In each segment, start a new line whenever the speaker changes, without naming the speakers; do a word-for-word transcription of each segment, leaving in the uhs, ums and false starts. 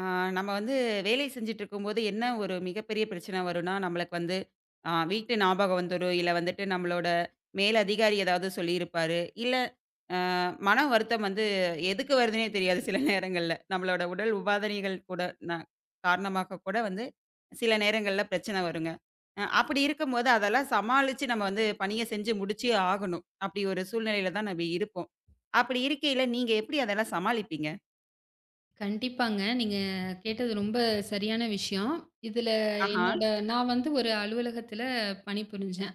ஆ, நம்ம வந்து வேலை செஞ்சுட்டு இருக்கும்போது என்ன ஒரு மிகப்பெரிய பிரச்சனை வரும்னா, நம்மளுக்கு வந்து ஆ வீட்டு ஞாபகம் வந்துரும். இல்ல வந்துட்டு நம்மளோட மேல் அதிகாரி ஏதாவது சொல்லியிருப்பாரு. இல்ல அ மன வருத்தம் வந்து எதுக்கு வருதுன்னே தெரியாது சில நேரங்கள்ல. நம்மளோட உடல் உபாதைகள் கூட ந காரணமாக கூட வந்து சில நேரங்கள்ல பிரச்சனை வருங்க. அ அப்படி இருக்கும்போது அதெல்லாம் சமாளிச்சு நம்ம வந்து பணிய செஞ்சு முடிச்சே ஆகணும். அப்படி ஒரு சூழ்நிலையில தான் நம்ம இருப்போம். அப்படி இருக்கையில நீங்க எப்படி அதெல்லாம் சமாளிப்பீங்க?
கண்டிப்பாங்க. நீங்க கேட்டது ரொம்ப சரியான விஷயம். இதுல
ஆஹா,
என்னோட நான் வந்து ஒரு அலுவலகத்துல பணிபுரிஞ்சேன்.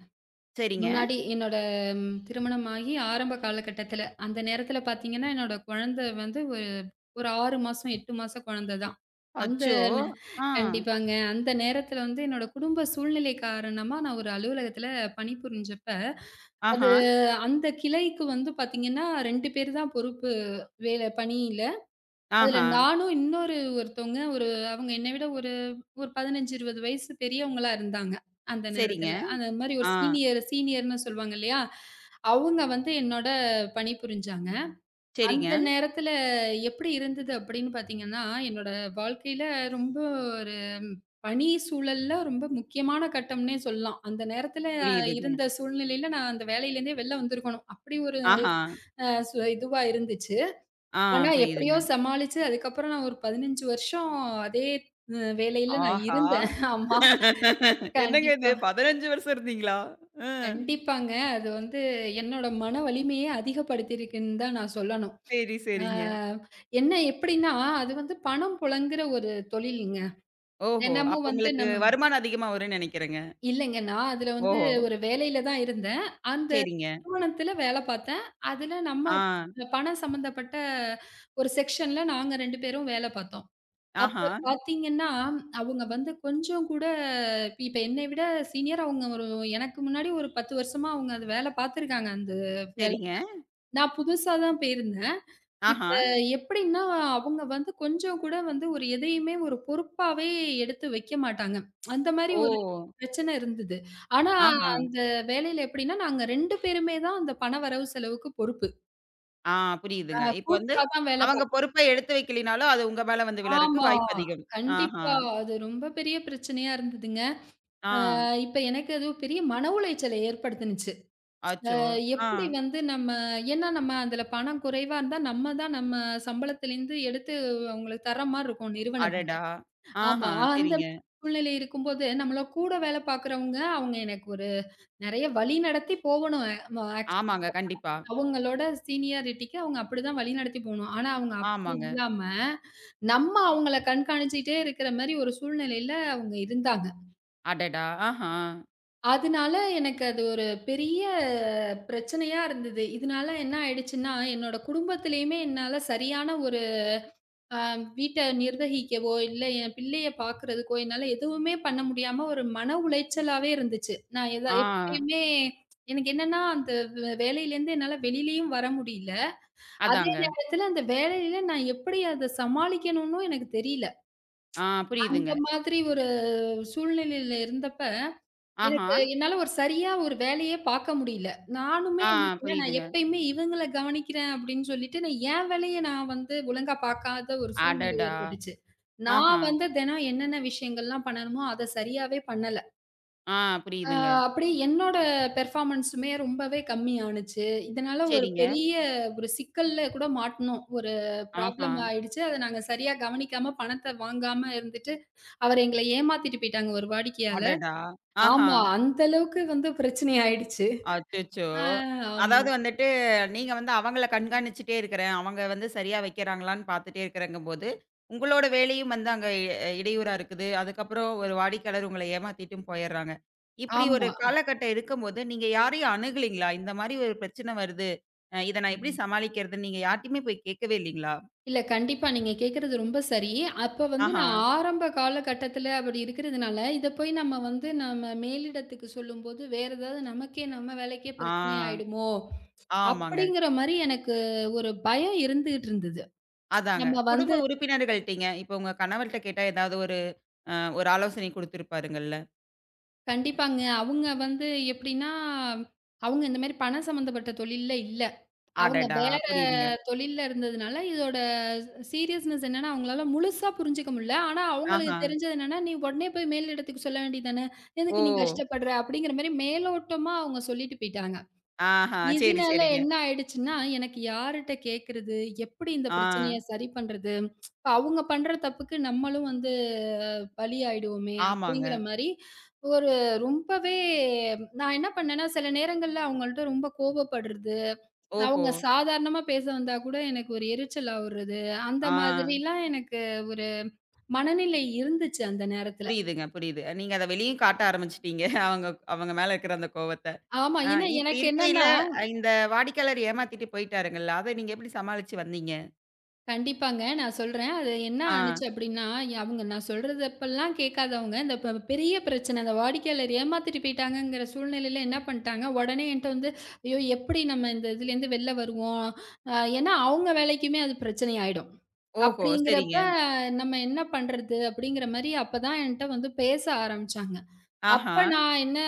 சரிங்க.
முன்னாடி என்னோட ம் திருமணமாகி ஆரம்ப காலகட்டத்துல, அந்த நேரத்துல பாத்தீங்கன்னா, என்னோட குழந்தை வந்து ஒரு ஒரு ஆறு மாசம், எட்டு மாச குழந்தை தான். அந்த
அச்சோ!
நே-
ஆ.
கண்டிப்பாங்க. அந்த நேரத்துல வந்து என்னோட குடும்ப சூழ்நிலை காரணமா நான் ஒரு அலுவலகத்துல பணிபுரிஞ்சப்ப,
ஆஹா,
அது அந்த கிளைக்கு வந்து பாத்தீங்கன்னா ரெண்டு பேர் தான் பொறுப்பு வேல பணி. அதுல
ஆஹா.
நானும் இன்னொரு ஒருத்தவங்க ஒரு அவங்க என்னை விட ஒரு ஒரு பதினஞ்சு, இருவது வயசு பெரியவங்களா இருந்தாங்க. அந்த
சரிங்க.
நேரத்துல. அந்த மாரி ஒரு
ஆ,
சீனியர் சீனியர்ன்னு சொல்லுவாங்க இல்லையா? அவங்க வந்து என்னோட பணிபுரிஞ்சாங்க.
சரிங்க.
அந்த நேரத்துல எப்படி இருந்தது அப்படின்னு பார்த்தீங்கன்னா, என்னோட வாழ்க்கையில ரொம்ப ஒரு பணி சூழல்ல ரொம்ப முக்கியமான கட்டம்னே சொல்லலாம். அந்த நேரத்துல
புரியுதுங்க.
இருந்த சூழ்நிலையில நான் அந்த வேலையிலேருந்தே வெளில வந்திருக்கணும். அப்படி ஒரு
ஆஹா,
அ சு இதுவா இருந்துச்சு.
ஆ
ஆனா, எப்படியோ
புரியுதுங்க.
சமாளிச்சு அதுக்கப்புறம் நான் ஒரு பதினஞ்சு வருஷம் அதே அ வேலையில நான்
ஆஹா!
இருந்தேன். ஆமா.
என்னங்க இது
கண்டிப்பா.
பதினைந்து வருஷம் இருந்தீங்களா? அ,
கண்டிப்பாங்க. அது வந்து என்னோட மன வலிமையே அதிகப்படுத்தியிருக்குன்னு தான் நான் சொல்லணும்.
சரி,
ஆ,
சரிங்க.
என்ன எப்படின்னா, அது வந்து பணம் புழங்குற ஒரு தொழிலுங்க.
ஓஹோ! அப்ப
தினமும் வந்து
உங்களுக்கு
நம்ம
வருமானம் அதிகமா வரும்ன்னு நெனைக்கிறேங்க.
இல்லைங்க. நான் அதுல வந்து
ஓஹோ!
ஒரு வேலையில தான் இருந்தேன். அந்த
சரிங்க.
நிறுவனத்துல வேலை பார்த்தேன். அதுல நம்ம
ஆ,
பணம் சம்மந்தப்பட்ட ஒரு செக்ஷன்ல நாங்க ரெண்டு பேரும் வேலை பார்த்தோம்.
ஆஹா,
அப்ப பாத்தீங்கன்னா, அவங்க வந்து கொஞ்சம் கூட இப்ப இப்ப என்னை விட சீனியர். அவங்க ஒரு எனக்கு முன்னாடி ஒரு பத்து வருஷமா அவங்க அது வேல பாத்துருக்காங்க. அந்த வேல.
சரிங்க.
நான் புதுசா தான் போயிருந்தேன். இப்ப
ஆஹா,
எப்படின்னா, அவங்க வந்து கொஞ்சம் கூட வந்து ஒரு எதையுமே ஒரு பொறுப்பாவே எடுத்து வைக்க மாட்டாங்க. அந்த மாரி
ஓ!
ஒரு பிரச்சனை இருந்தது. ஆனா,
ஆஹா,
அந்த வேலையில எப்படின்னா, நாங்க ரெண்டு பேருமே தான் அந்த பண வரவு செலவுக்கு பொறுப்பு.
ஆ புரியுதுங்க. இப்ப வந்து
கூட்டா தான் வேல
அவங்க
பாப்போம்.
பொறுப்பா எடுத்து வைக்கலினாலும், அது உங்க மேல வந்து விழறக்கு
ஆமா.
வாய்ப்பு அதிகம். ஆஹா,
கண்டிப்பா. அது ரொம்ப பெரிய பிரச்சனையா இருந்ததுங்க.
ஆ,
அ இப்ப எனக்கு அது பெரிய மன உளைச்சல ஏற்படுத்துனுச்சு. அ
அச்சோ! ஆ.
எப்படி வந்து நம்ம ஏன்னா நம்ம அதுல பணம் குறைவா இருந்தா, நம்ம தான் நம்ம சம்பளத்திலேருந்து எடுத்து அவங்களுக்கு தர்ற மாரி இருக்கும் நிறுவனத்துக்கு.
அடடா! ஆஹா,
ஆமா. அந்த
சரிங்க.
சூழ்நிலை இருக்கும்போது, நம்மள கூட வேலை பார்க்குறவங்க, அவங்க எனக்கு ஒரு நெறைய வழிநடத்தி போகணும். அ ம ஆக்ச்
ஆமாங்க. கண்டிப்பா.
அவங்களோட சீனியாரிட்டிக்கு அவங்க அப்படிதான் வழிநடத்தி போணும். ஆனா அவங்க அப்படி
ஆமாங்க.
இல்லாம, நம்ம அவங்கள கண்காணிச்சுட்டே இருக்கிற மாரி ஒரு சூழ்நிலையில அவங்க இருந்தாங்க.
அடடா! ஆஹா!
அதனால எனக்கு அது ஒரு பெரிய பிரச்சனையா இருந்தது. இதனால என்ன ஆயிடுச்சுன்னா, என்னோட குடும்பத்திலயுமே என்னால சரியான ஒரு அ வீட்ட நிர்வகிக்கவோ, இல்ல என் பிள்ளைய பார்க்கிறதுக்கோ என்னால எதுவுமே பண்ண முடியாம ஒரு மன உளைச்சலாவே இருந்துச்சு. நான் எதா
ஆ.
எப்பயுமே எனக்கு என்னன்னா, அந்த வே வேலையிலேருந்து என்னால வெளியிலயும் வர முடியல. அதே
அதாங்க.
நேரத்தில அந்த வேலையில நான் எப்படி அத சமாளிக்கணும்னும் எனக்கு தெரியல.
ஆ
அந்த
புரியுதுங்க.
மாதிரி ஒரு சூழ்நிலையில இருந்த
ஆஹா!
எனக்கு என்னால ஒரு சரியா ஒரு வேலையே பார்க்க முடியல. நானுமே
ஆ
என்ன பண்ணேன், நான்
புரியுதுங்க.
எப்பயுமே இவங்கள கவனிக்கிறேன் அப்படின்னு சொல்லிட்டு, நான் என் வேலைய நான் வந்து ஒழுங்கா பார்க்காத ஒரு சூழ்நிலை
அடடா!
ஏற்பட்டுச்சு.
ஆஹா!
நான் வந்து தினம் என்னென்ன விஷயங்கள்லாம் பண்ணணுமோ, அத சரியாவே பண்ணல.
ஆ
அ
புரியுதுங்க.
அப்படியே என்னோட பெர்ஃபார்மன்ஸுமே ரொம்பவே கம்மி ஆனுச்சு. இதனால ஒரு
சரிங்க.
பெரிய ஒரு சிக்கல்ல கூட மாட்டுனோம். ஒரு
ஆஹா!
ப்ராப்ளம் ஆயிடுச்சு. அத நாங்க சரியா கவனிக்காம, பணத்த வாங்காம இருந்துட்டு, அவரு எங்கள ஏமாத்திட்டு போயிட்டாங்க ஒரு வாடிக்கையாள.
அடடா! ஆஹா!
ஆமா. அந்த அளவுக்கு வந்து பிரச்சனை ஆயிடுச்சு.
அச்சச்சோ!
ஆ, ஆமா.
அதாவது வந்துட்டு, நீங்க வந்து அவங்கள கண்காணிச்சுட்டே இருக்கிறேன். அவங்க வந்து சரியா வைக்கிறாங்களான்னு பார்த்துட்டே இருக்கிறேங்கும்போது, உங்களோட வேலையும் வந்து அங்க இ இடையூறா இருக்குது. அதுக்கப்புறம் ஒரு வாடிக்கையாளர் உங்கள ஏமாத்திட்டும் போயிர்றாங்க. இப்படி ஒரு
ஆமா.
காலகட்டம் இருக்கும்போது, நீங்க யாரையும் அணுகலீங்களா? இந்த மாரி ஒரு பிரச்சனை வருது. அ இத நான் எப்படி
ம்.
சமாளிக்கிறதுன்னு நீங்க யார்ட்டயுமே போய் கேட்கவே இல்லீங்களா?
இல்ல கண்டிப்பா நீங்க கேட்கறது ரொம்ப சரி. அப்ப வந்து
ஆஹா.
நான் ஆரம்ப காலகட்டத்தில அப்படி இருக்கிறதுனால, இத போய் நம்ம வந்து நம்ம மேலிடத்துக்கு சொல்லும்போது, வேற ஏதாவது நமக்கே நம்ம வேலைக்கே
ஆ.
பிரச்சனை ஆயிடுமோ!
ஆமாங்க.
அப்படிங்கிற மாரி எனக்கு ஒரு பயம் இருந்துகிட்டு இருந்தது.
அதாங்க.
நம்ம வந்து
குடும்ப உறுப்பினர்கள்ட்டீங்க. இப்ப உங்க கணவர்ட்ட கேட்டா ஏதாவது ஒரு அ ஒரு ஆலோசனை குடுத்திருப்பாருங்கள்ல.
கண்டிப்பாங்க. அவங்க வந்து எப்படின்னா, அவங்க இந்த மாரி பணம் சம்மந்தப்பட்ட தொழில்ல இல்ல. அவங்க
அடடா!
வேற
புரியுதுங்க.
தொழில்ல இருந்ததுனால, இதோட சீரியஸ்னஸ் என்னன்னா, அவங்களால முழுசா புரிஞ்சுக்க முடில. ஆனா, அவங்களுக்கு
ஆஹா!
தெரிஞ்சது என்னன்னா, "நீ உடனே போய் மேலிடத்துக்கு சொல்ல வேண்டியது தானே.
ஓ!
எதுக்கு நீ கஷ்டப்படுற?" அப்படிங்கிற மாரி மேலோட்டமா அவங்க சொல்லிட்டு போயிட்டாங்க.
ஆஹா! சரி,
இதனால
சரிங்க.
என்ன ஆயிடுச்சுன்னா, எனக்கு யார்ட்ட கேட்கறது? எப்படி இந்த
ஆ.
பிரச்சனைய சரி பண்றது? இப்ப அவங்க பண்ற தப்புக்கு நம்மளும் வந்து பலியாயிடுவோமே! அப்படிங்கிற
ஆமாங்க.
மாரி ஒரு ரொம்பவே நான் என்ன பண்ணேன்னா, சில நேரங்கள்ல அவங்கள்ட்ட ரொம்ப கோபப்படுறது.
ஓஹோ!
அவங்க சாதாரணமா பேச வந்தா கூட எனக்கு ஒரு எரிச்சலா வருது. அந்த
ஆ.
மாதிரிலாம் எனக்கு ஒரு மனநிலை இருந்துச்சு அந்த நேரத்துல.
புரியுதுங்க, புரியுது. நீங்க அத வெளியும் காட்ட ஆரம்பிச்சுட்டீங்க. அவங்க அவங்க மேல இருக்கிற அந்த கோவத்த.
ஆமா.
ஆ
ஏன்னா
இப்படி
எனக்கு
இருக்கையில
என்னன்னா
இந்த வாடிக்கையாளர் ஏமாத்திட்டு போயிட்டாருங்கல்ல, அத நீங்க எப்படி சமாளிச்சு வந்தீங்க?
கண்டிப்பாங்க. நான் சொல்றேன். அது என்ன
ஆ.
ஆனுச்சு அப்டின்னா, அவங்க நான் சொல்றதப்பலாம் கேட்காதவங்க, இந்த ப பெரிய பிரச்சனை இந்த வாடிக்கையாளர் ஏமாத்திட்டு போயிட்டாங்கங்கிற சூழ்நிலையில என்ன பண்ட்டாங்க, உடனே என்ட்ட வந்து, "ஐயோ! எப்படி நம்ம இந்த இதுலேருந்து வெளில வருவோம்?" அ ஏன்னா அவங்க வேலைக்குமே அது பிரச்சனை ஆயிடும்.
ஓஹோ!
அப்படிங்கிறப்ப,
சரிங்க.
"நம்ம என்ன பண்றது?" அப்படிங்கிற மாரி அப்பதான் என்ட்ட வந்து பேச ஆரம்பிச்சாங்க.
ஆஹா!
அப்ப நான் என்ன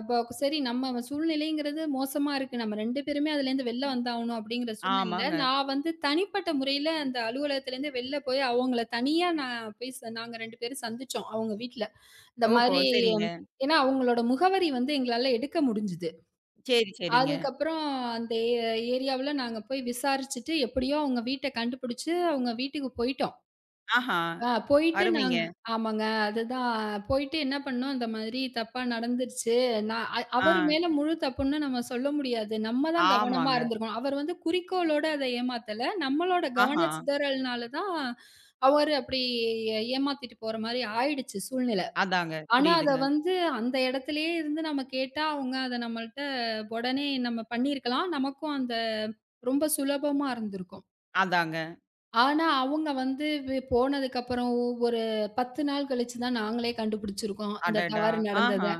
இப்போ சரி நம்ம சூழ்நிலைங்கிறது மோசமா இருக்கு. நம்ம ரெண்டு பேருமே அதுலேருந்து வெளில வந்தாகணும் அப்படிங்கிற சூழ்நிலையில,
ஆமாங்க.
நான் வந்து தனிப்பட்ட முறையில அந்த அலுவலகத்துலேருந்து வெளில போய் அவங்கள தனியா நான் போய் ச நாங்க ரெண்டு பேரும் சந்திச்சோம் அவங்க வீட்ல. இந்த
ஓஹோ!
மாரி
சரிங்க.
ஏன்னா அவங்களோட முகவரி வந்து எங்களால எடுக்க முடிஞ்சுது.
சரி, சரிங்க.
அதுக்கப்புறம் அந்த ஏ ஏரியாவுல நாங்க போய் விசாரிச்சுட்டு எப்படியோ அவங்க வீட்ட கண்டுபிடிச்சு அவங்க வீட்டுக்கு போயிட்டோம்.
ஆஹா!
ஆ போயிட்டு
அருமைங்க.
நாங்க ஆமாங்க. அதுதான் போயிட்டு என்ன பண்ணோம், இந்த மாதிரி தப்பா நடந்துருச்சு. நான் அ
ஆ.
அவர் மேல முழு தப்புன்னு நம்ம சொல்ல முடியாது. நம்ம தான் கவனமா
ஆமாங்க.
இருந்திருக்கணும். அவர் வந்து குறிக்கோளோட அத ஏமாத்தல. நம்மளோட
ஆஹா!
கவன சிதறல்னால தான் அவரு அப்படி ஏமாத்திட்டு போற மாரி ஆயிடுச்சு சூழ்நிலை.
அதாங்க.
ஆனா, அத
புரியுதுங்க.
வந்து அந்த இடத்திலேயே இருந்து நம்ம கேட்டா, அவங்க அத நம்மள்ட்ட உடனே நம்ம பண்ணியிருக்கலாம். நமக்கும் அந்த ரொம்ப சுலபமா இருந்திருக்கும்.
அதாங்க.
ஆனா, அவங்க வந்து வி போனதுக்கப்புறம் ஒரு பத்து நாள் கழிச்சு தான் நாங்களே கண்டுபிடிச்சிருக்கோம். இந்த
அடடா!
தவறு நடந்தத.
ஆஹா!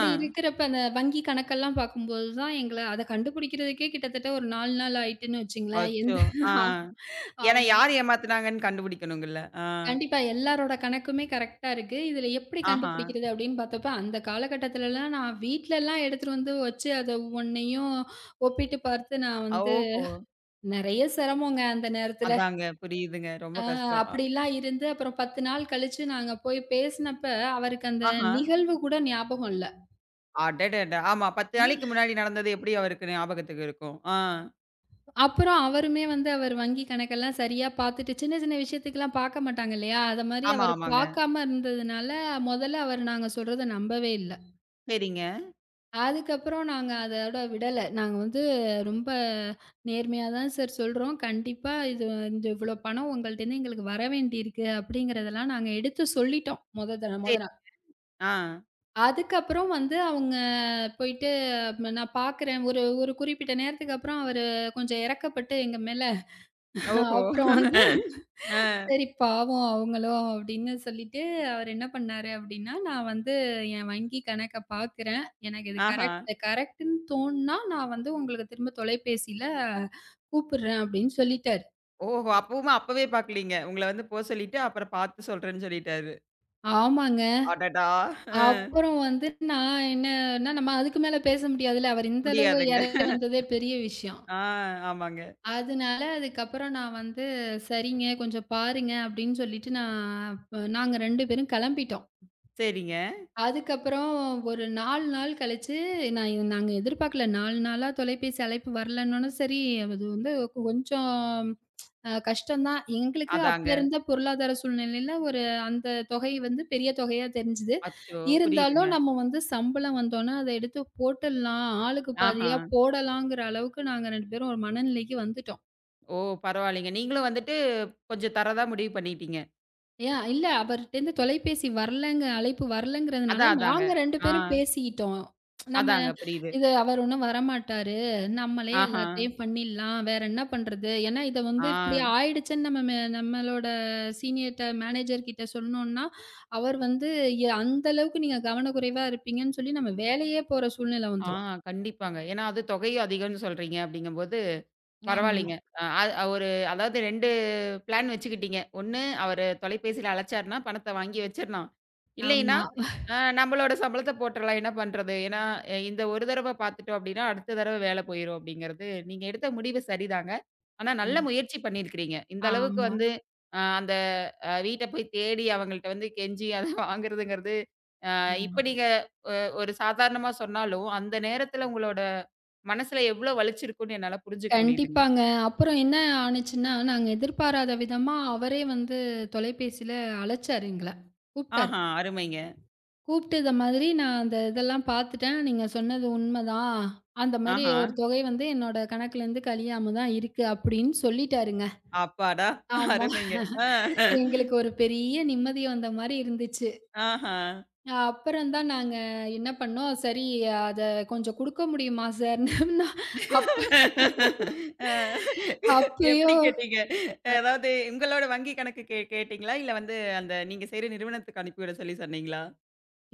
ஆ.
இருக்கிறப்ப அந்த வங்கி கணக்கெல்லாம் பார்க்கும்போது தான் எங்கள அத கண்டுபிடிக்கிறதுக்கே கிட்டத்தட்ட ஒரு நாலு நாள் ஆயிட்டுன்னு வச்சுங்களேன். எந்த
அச்சோ! ஆ. ஏன்னா
ஆமா.
யார் ஏமாத்துனாங்கன்னு கண்டுபிடிக்கணுங்கல்ல. ஆ.
கண்டிப்பா எல்லாரோட கணக்குமே கரெக்ட்டா இருக்கு. இதில எப்படி
ஆஹா.
கண்டுபிடிக்கிறது அப்படின்னு பார்த்தப்ப, அந்த காலகட்டத்துலலாம் நான் வீட்லலாம் எடுத்துட்டு வந்து வச்சு அத ஒன்னையும் ஒப்பிட்டு பார்த்து நான் வந்து
ஓஹோ!
நெறைய சிரமங்க அந்த நேரத்துல.
அதாங்க புரியுதுங்க. ரொம்ப
ஆ,
கஷ்டம். அ
அப்படிலாம் இருந்து அப்புறம் பத்து நாள் கழிச்சு நாங்க போய் பேசினப்ப, அவருக்கு அந்த
ஆஹா.
நிகழ்வு கூட ஞாபகம் இல்ல.
அடடடா! ஆமா பத்து நாளைக்கு
ம்.
முன்னாடி நடந்தது எப்படி அவருக்கு ஞாபகத்துக்கு இருக்கும்? ஆ.
அப்புறம் அவருமே வந்து அவர் வங்கி கணக்கெல்லாம் சரியா பார்த்துட்டு, சின்ன சின்ன விஷயத்துக்குலாம் பார்க்க மாட்டாங்க இல்லையா? அது மாரி
ஆமா,
அவர்
ஆமாங்க.
பார்க்காம இருந்ததுனால, முதல்ல அவர் நாங்க சொல்றத நம்பவே இல்ல.
சரிங்க.
அதுக்கப்புறம் நாங்க அதோட விடல. நாங்க வந்து ரொம்ப நேர்மையா தான் சார் சொல்றோம். கண்டிப்பா இது இந்த இவ்வளோ பணம் உங்கள்ட்டேருந்து எங்களுக்கு வர வேண்டியிருக்கு அப்படிங்கிறதெல்லாம் நாங்க எடுத்து சொல்லிட்டோம். மொத த மொத
சரி.
நாள்.
ஆ.
அதுக்கப்புறம் வந்து அவங்க போயிட்டு ம நான் பார்க்குறேன். ஒரு ஒரு குறிப்பிட்ட நேரத்துக்கு அப்புறம் அவரு கொஞ்சம் இரக்கப்பட்டு எங்க மேல,
ஓஹோ!
அப்புறம் வந்து
ஆ.
சரி பாவம் அவங்களும் அப்படின்னு சொல்லிட்டு அவர் என்ன பண்ணாரு அப்படின்னா, நான் வந்து என் வங்கி கணக்க பார்க்குறேன். எனக்கு இது
ஆஹா.
கரெக்ட் கரெக்ட்ன்னு தோணுனா, நான் வந்து உங்களுக்கு திரும்ப தொலைபேசியில கூப்பிடுறேன் அப்படின்னு சொல்லிட்டாரு.
ஓஹோ! அப்பவுமே அப்பவே பார்க்கலீங்க. உங்கள வந்து போ சொல்லிட்டு, அப்புறம் பார்த்து சொல்றேன்னு சொல்லிட்டாரு.
ஆமாங்க.
அடடா! அ.
அப்புறம் வந்து நான் என்னன்னா நம்ம அதுக்கு மேல பேச முடியாதுல்ல. அவர் இந்த அளவு
முடியாதுங்க.
இரை வந்ததே பெரிய விஷயம்.
ஆ ஆமாங்க.
அதனால அதுக்கப்புறம் நான் வந்து, "சரிங்க, கொஞ்சம் பாருங்க" அப்படின்னு சொல்லிட்டு நான் ப நாங்க ரெண்டு பேரும் கெளம்பிட்டோம்.
சரிங்க.
அதுக்கப்புறம் ஒரு நாலு நாள் கழிச்சு, நான் இது- நாங்க எதிர்பார்க்கல. நாலு நாளா தொலைபேசி அழைப்பு வரலன்னோன, சரி அது வந்து கொ- கொஞ்சம் அ கஷ்டம் தான். எங்களுக்கு அப்ப
அதாங்க.
இருந்த பொருளாதார சூழ்நிலையில ஒரு அந்த தொகை வந்து பெரிய தொகையா தெரிஞ்சுது.
அச்சோ! புரியுதுங்க.
இருந்தாலும் நம்ம வந்து சம்பளம் வந்தோன, அத எடுத்து போட்டுடலாம், ஆளுக்கு
ஆஹா.
பாதியா போடலாங்கிற அளவுக்கு நாங்க ரெண்டு பேரும் ஒரு மனநிலைக்கு வந்துட்டோம்.
ஓ! பரவாயில்லைங்க. நீங்களும் வந்துட்டு கொஞ்சம் தரதா முடிவு பண்ணிட்டீங்க.
யா இல்ல அவர்ட்டேருந்து தொலைபேசி வரலங்க அழைப்பு வரலங்கிறதுனால,
அதான், அதாங்க.
நாங்க ரெண்டு
ஆ.
பேரும் பேசிக்கிட்டோம். நம்ம
அதாங்க புரியுது.
இது அவர் ஒண்ணும் வரமாட்டாரு. நம்மளே
ஆஹா.
எல்லாத்தையும் பண்ணிடலாம். வேற என்ன பண்றது? ஏன்னா இத
ஆ.
வந்து இப்படி ஆயிடுச்சுன்னு நம்ம மே நம்மளோட சீனியர்ட்ட, மேனேஜர் கிட்ட சொன்னோம்னா, அவர் வந்து எ அந்த அளவுக்கு நீங்க கவனக்குறைவா இருப்பீங்கன்னு சொல்லி நம்ம வேலையே போற சூழ்நிலை
ஆ
வந்துரும்.
கண்டிப்பாங்க. ஏன்னா, அது தொகையும் அதிகம்னு சொல்றீங்க அப்படிங்கும்போது,
ஆமா,
பரவாயில்லைங்க. அஹ் அ அ ஒரு அதாவது ரெண்டு பிளான் வச்சுக்கிட்டீங்க. ஒண்ணு அவரு தொலைபேசியில அழைச்சாருன்னா, பணத்த வாங்கி வச்சிரணும். இல்லைன்னா,
ஆமா.
அ நம்மளோட சம்பளத்த போட்டுறலாம். என்ன பண்றது? ஏன்னா, அ இந்த ஒரு தடவ பார்த்துட்டோம் அப்படின்னா, அடுத்த தடவ வேல போயிரும் அப்படிங்கிறது, நீங்க எடுத்த முடிவு சரிதாங்க. ஆனா, நல்ல முயற்சி பண்ணியிருக்கிறீங்க. இந்த அளவுக்கு
ஆமா,
வந்து அ அந்த அ வீட்ட போய் தேடி அவங்கள்ட்ட வந்து கெஞ்சி அத வாங்குறதுங்கிறது, அ இப்ப
ஆமா.
நீங்க ஒரு சாதாரணமா சொன்னாலும், அந்த நேரத்துல உங்களோட மனசுல எவ்வளோ வலிச்சிருக்கும்னு என்னால புரிஞ்சுக்க முடியுதுங்க.
கண்டிப்பாங்க. அப்புறம் என்ன ஆனுச்சுன்னா, நாங்க எதிர்பாராத விதமா அவரே வந்து தொலைபேசியில அழைச்சாரு எங்கள. கூப்ட்டாரு.
ஆஹா, அருமைங்க.
கூப்ட்டு இந்த மாதிரி நான் அந்த இதெல்லாம் பாத்துட்டேன். நீங்க சொன்னது உண்மதான். அந்த மாரி
ஆஹா,
ஒரு தொகை வந்து என்னோட கணக்குலேருந்து கழியாம தான் இருக்கு அப்படின்னு சொல்லிட்டாருங்க.
அப்பாடா!
ஆமா.
அருமைங்க. ஆ.
எங்களுக்கு ஒரு பெரிய நிம்மதி வந்த மாரி இருந்துச்சு.
ஆஹா.
அப்புறம் தான் நாங்க என்ன பண்ணோம், சரி அத கொஞ்சம் குடுக்க முடியுமா சார்ன்னு அப்ப
அ எப்படி
அப்பயும்
கேட்டீங்க? அதாவது உங்களோட வங்கி கணக்கு கே கேட்டீங்களா? இல்ல வந்து அந்த நீங்க செய்ற நிறுவனத்துக்கு அனுப்பிவிட சொல்லி சொன்னீங்களா?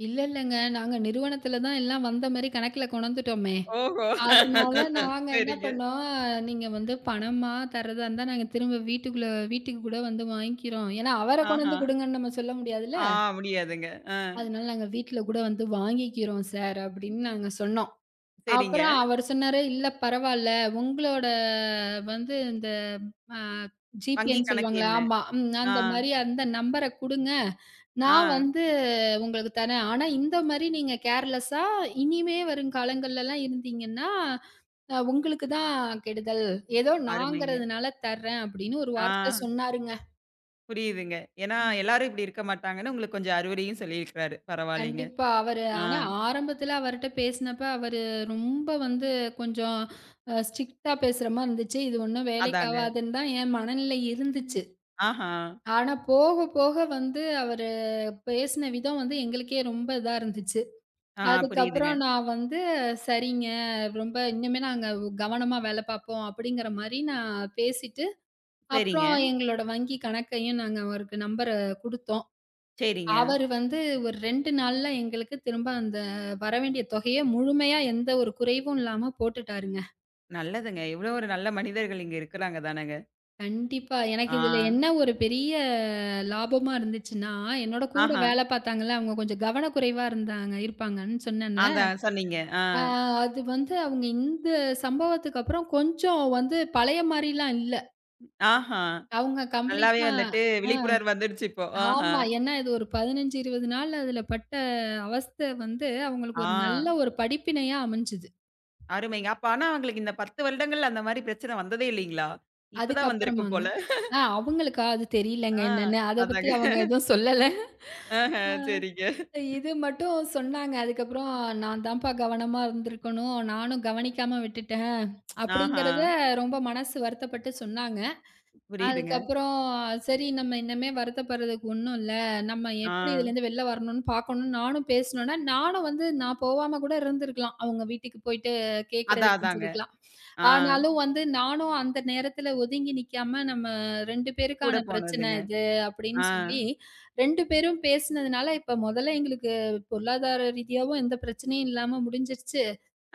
இல்ல, இல்லங்க. நாங்க நிறுவனத்துல தான் எல்லாம் வந்த மாரி கணக்குல கொணந்துட்டோமே.
ஓஹோ!
அதனால நாங்க என்ன
சரிங்க.
பண்ணோம், நீங்க வந்து பணமா தர்றதா இருந்தா நாங்க திரும்ப வீட்டுக்குள்ள வீட்டுக்கு கூட வந்து வாங்கிக்கிறோம். ஏன்னா, அவர கொண்டு
ஆஹா.
வந்து குடுங்கன்னு நம்ம சொல்ல முடியாதுல்ல.
ஆ முடியாதுங்க. ஆ.
அதனால நாங்க வீட்ல கூட வந்து வாங்கிக்கிறோம் சார் அப்படின்னு நாங்க சொன்னோம்.
சரிங்க.
அப்புறம் அவரு சொன்னாரு, "இல்ல பரவால்ல. உங்களோட வந்து இந்த அ
வங்கி
ஜிபேன்னு
கணக்கு
சொல்லுவாங்கல்ல.
எண்ணு.
ஆமா. ம்.
ஆ,
அந்த மாரி அந்த நம்பர குடுங்க.
ஆ.
நான் வந்து உங்களுக்கு தரேன். ஆனா, இந்த மாரி நீங்க கேர்லெஸ்ஸா இனிமே வரும் காலங்கள்லலாம் இருந்தீங்கன்னா, அ உங்களுக்கு தான் கெடுதல். ஏதோ
அருமைங்க.
நாங்கிறதுனால தர்றேன்" அப்படின்னு ஒரு
ஆ.
வார்த்தை சொன்னாருங்க.
புரியுதுங்க. ஏன்னா,
ம்.
எல்லாரும் இப்படி இருக்க மாட்டாங்கன்னு உங்களுக்கு கொஞ்சம் அறிவுரையும் சொல்லியிருக்கிறாரு. பரவாயில்லைங்க.
கண்டிப்பா. அவரு
ஆ
ஆனா ஆரம்பத்துல அவர்ட்ட பேசினப்ப, அவரு ரொம்ப வந்து கொஞ்சம் அ ஸ்ட்ரிக்ட்டா பேசுற மாரி இருந்துச்சு. இது ஒண்ணும் வேலைக்கு
அதாங்க.
ஆவாதுன்னு தான் என் மனநிலை
ம்.
இருந்துச்சு.
ஆஹா.
ஆனா போக போக வந்து அவரு பேசின விதம் வந்து எங்களுக்கே ரொம்ப இதா இருந்துச்சு.
ஆ புரியுதுங்க.
அதுக்கப்புறம் நான் வந்து சரிங்க, ரொம்ப இனிமே நாங்க கவனமா வேலை பார்ப்போம் அப்படிங்கிற மாரி நான் பேசிட்டு,
சரிங்க,
அப்புறம் எங்களோட வங்கி கணக்கையும் நாங்க அவருக்கு நம்பர குடுத்தோம்.
சரிங்க.
அவரு வந்து ஒரு ரெண்டு நாள்ல எங்களுக்கு திரும்ப அந்த வரவேண்டிய தொகைய முழுமையா எந்த ஒரு குறைவும் இல்லாம போட்டுட்டாருங்க.
நல்லதுங்க. இவ்வளோ ஒரு நல்ல மனிதர்கள் இங்க இருக்கிறாங்க தானங்க.
கண்டிப்பா. எனக்கு
ஆ.
இதுல என்ன ஒரு பெரிய லாபமா இருந்துச்சுன்னா, என்னோட கூட
ஆஹா.
வேல பார்த்தாங்கல்ல, அவங்க கொஞ்சம் கவனக்குறைவா இருந்தாங்க இருப்பாங்கன்னு சொன்னேன்ல.
அதான் சொன்னீங்க. ஆ.
ஆ, அது வந்து அவங்க இந்த சம்பவத்துக்கு அப்புறம் கொஞ்சம் வந்து பழைய மாரிலாம் இல்ல.
ஆஹா.
அவங்க
நல்லாவே
கம்ப்ளீட்டா
வந்துட்டு
ஆ
விழிப்புணர்வு வந்துடுச்சு இப்போ. ஆஹா.
ஆமா. ஏன்னா இது ஒரு பதினஞ்சு, இருவது நாள் அதுல பட்ட அவஸ்த வந்து அவங்களுக்கு
ஆ.
ஒரு நல்ல ஒரு படிப்பினையா அமைஞ்சது.
அருமைங்க. அப்ப ஆனா அவங்களுக்கு இந்த பத்து வருடங்கள்ல அந்த மாரி பிரச்சனை வந்ததே இல்லைங்களா? இப்ப தான் வந்திருக்கும்
அதுக்கப்புறமாங்க.
போல.
ஆ அவங்களுக்கா? அது தெரியலங்க
ஆ
என்னன்னு. அத பத்தி
அதாங்க.
அவங்க எதுவும் சொல்லல.
ஆஹ
ஆ,
சரிங்க.
இது மட்டும் சொன்னாங்க. அதுக்கப்புறம் "நான் தான்ப்பா கவனமா இருந்திருக்கணும். நானும் கவனிக்காம விட்டுட்டேன்"
ஆஹா.
அப்படிங்கிறத ரொம்ப மனசு வருத்தப்பட்டு சொன்னாங்க.
புரியுதுங்க.
அதுக்கப்புறம் சரி நம்ம இன்னமே வருத்தப்படுறதுக்கு ஒண்ணும் இல்ல. நம்ம
ஆ.
எப்படி இதுலேருந்து வெளில வரணும்னு பார்க்கணும்னு நானும் பேசுனோனே, நானும் வந்து நான் போவாம கூட இருந்திருக்கலாம். அவங்க வீட்டுக்கு போயிட்டு
அதான்,
கேட்கறதுக்கு
அதாங்க.
கெஞ்சிருக்கலாம்.
ஆ.
ஆனாலும் வந்து நானும் அந்த நேரத்துல ஒதுங்கி நிக்காம நம்ம ரெண்டு
கூட
பேருக்கான பிரச்சனை
போனதுங்க.
இது அப்படின்னு
ஆ.
சொல்லி ரெண்டு பேரும் பேசினதுனால, இப்ப மொதல்ல எங்களுக்கு பொருளாதார ரீதியாவும் எந்த பிரச்சனையும் இல்லாம முடிஞ்சிருச்சு.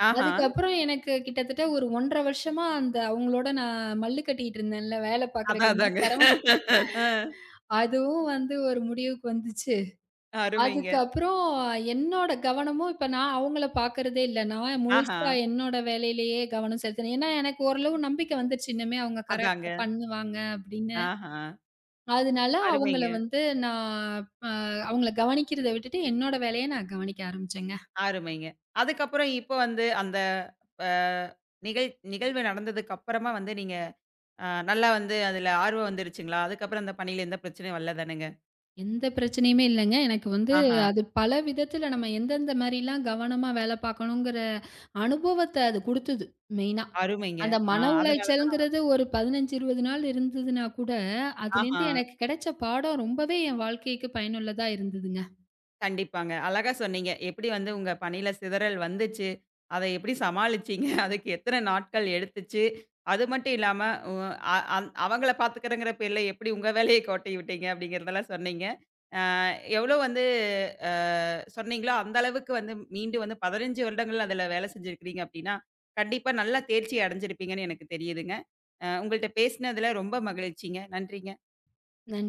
ஆஹா.
அதுக்கப்புறம் எனக்கு கிட்டத்தட்ட ஒரு ஒன்றரை வருஷமா அந்த அவங்களோட நான் மல்லு கட்டிட்டு இருந்தேன்ல, வேலை
அதான்,
பார்க்குறதுக்கு ரொம்ப
அதாங்க.
சிரமம்.
அ.
அதுவும் வந்து ஒரு முடிவுக்கு வந்துச்சு.
அருமைங்க.
அதுக்கப்புறம் என்னோட கவனமும் இப்ப நான் அவங்கள பார்க்குறதே இல்ல. நான்
ஆஹா.
முழுசா என்னோட வேலையிலேயே கவனம் செலுத்தினேன். ஏன்னா, எனக்கு ஓரளவு நம்பிக்கை வந்துருச்சு. இனிமே அவங்க
அதாங்க.
கரெக்ட்டா பண்ணுவாங்க அப்படின்னு.
ஆஹா.
அதனால அவங்கள
அருமைங்க,
வந்து நான் அ அவங்கள கவனிக்கிறத விட்டுட்டு, என்னோட வேலைய நான் கவனிக்க ஆரம்பிச்சேங்க.
அருமைங்க. அதுக்கப்புறம் இப்ப வந்து அந்த அ நிகழ் நிகழ்வு நடந்ததுக்கு அப்புறமா வந்து நீங்க அ நல்லா வந்து அதுல ஆர்வம் வந்துருச்சுங்களா? அதுக்கப்புறம் அந்த பணியில எந்த பிரச்சனையும் வரல தானேங்க?
எந்த பிரச்சனையுமே இல்லங்க. எனக்கு வந்து
ஆஹா.
அது பல விதத்தில நம்ம எந்தெந்த மாரிலாம் கவனமா வேலை பார்க்கணுங்கிற அனுபவத்த அது குடுத்தது, மெயினா.
அருமைங்க.
அந்த
ஆ
மன
அதனால தான்
உளைச்சல்ங்கிறது ஒரு பதினஞ்சு, இருவது நாள் இருந்ததுனா கூட,
ஆஹா.
அதுலேருந்து எனக்கு கிடைச்ச பாடம் ரொம்பவே என் வாழ்க்கைக்கு பயனுள்ளதா இருந்ததுங்க.
கண்டிப்பாங்க. அழகா சொன்னீங்க. எப்படி வந்து உங்க பணியில சிதறல் வந்துச்சு? அத எப்படி சமாளிச்சீங்க? அதுக்கு எத்தன நாட்கள் எடுத்துச்சு? அது மட்டும் இல்லாம, உ அ அந் அவங்கள பார்த்துக்கிறேங்கிற பேர்ல எப்படி உங்க வேலைய கோட்டை விட்டீங்க? அப்படிங்கிறதெல்லாம் சொன்னீங்க. அ எவ்வளோ வந்து அ சொன்னீங்களோ, அந்த அளவுக்கு வந்து மீண்டு வந்து பதினைந்து வருடங்கள் அதுல வேலை செஞ்சிருக்கிறீங்க அப்படின்னா, கண்டிப்பா நல்லா தேர்ச்சி அடைஞ்சிருப்பீங்கன்னு எனக்கு தெரியுதுங்க. அ உங்கள்ட்ட பேசினதுல ரொம்ப மகிழ்ச்சிங்க. நன்றிங்க.
நன்றி.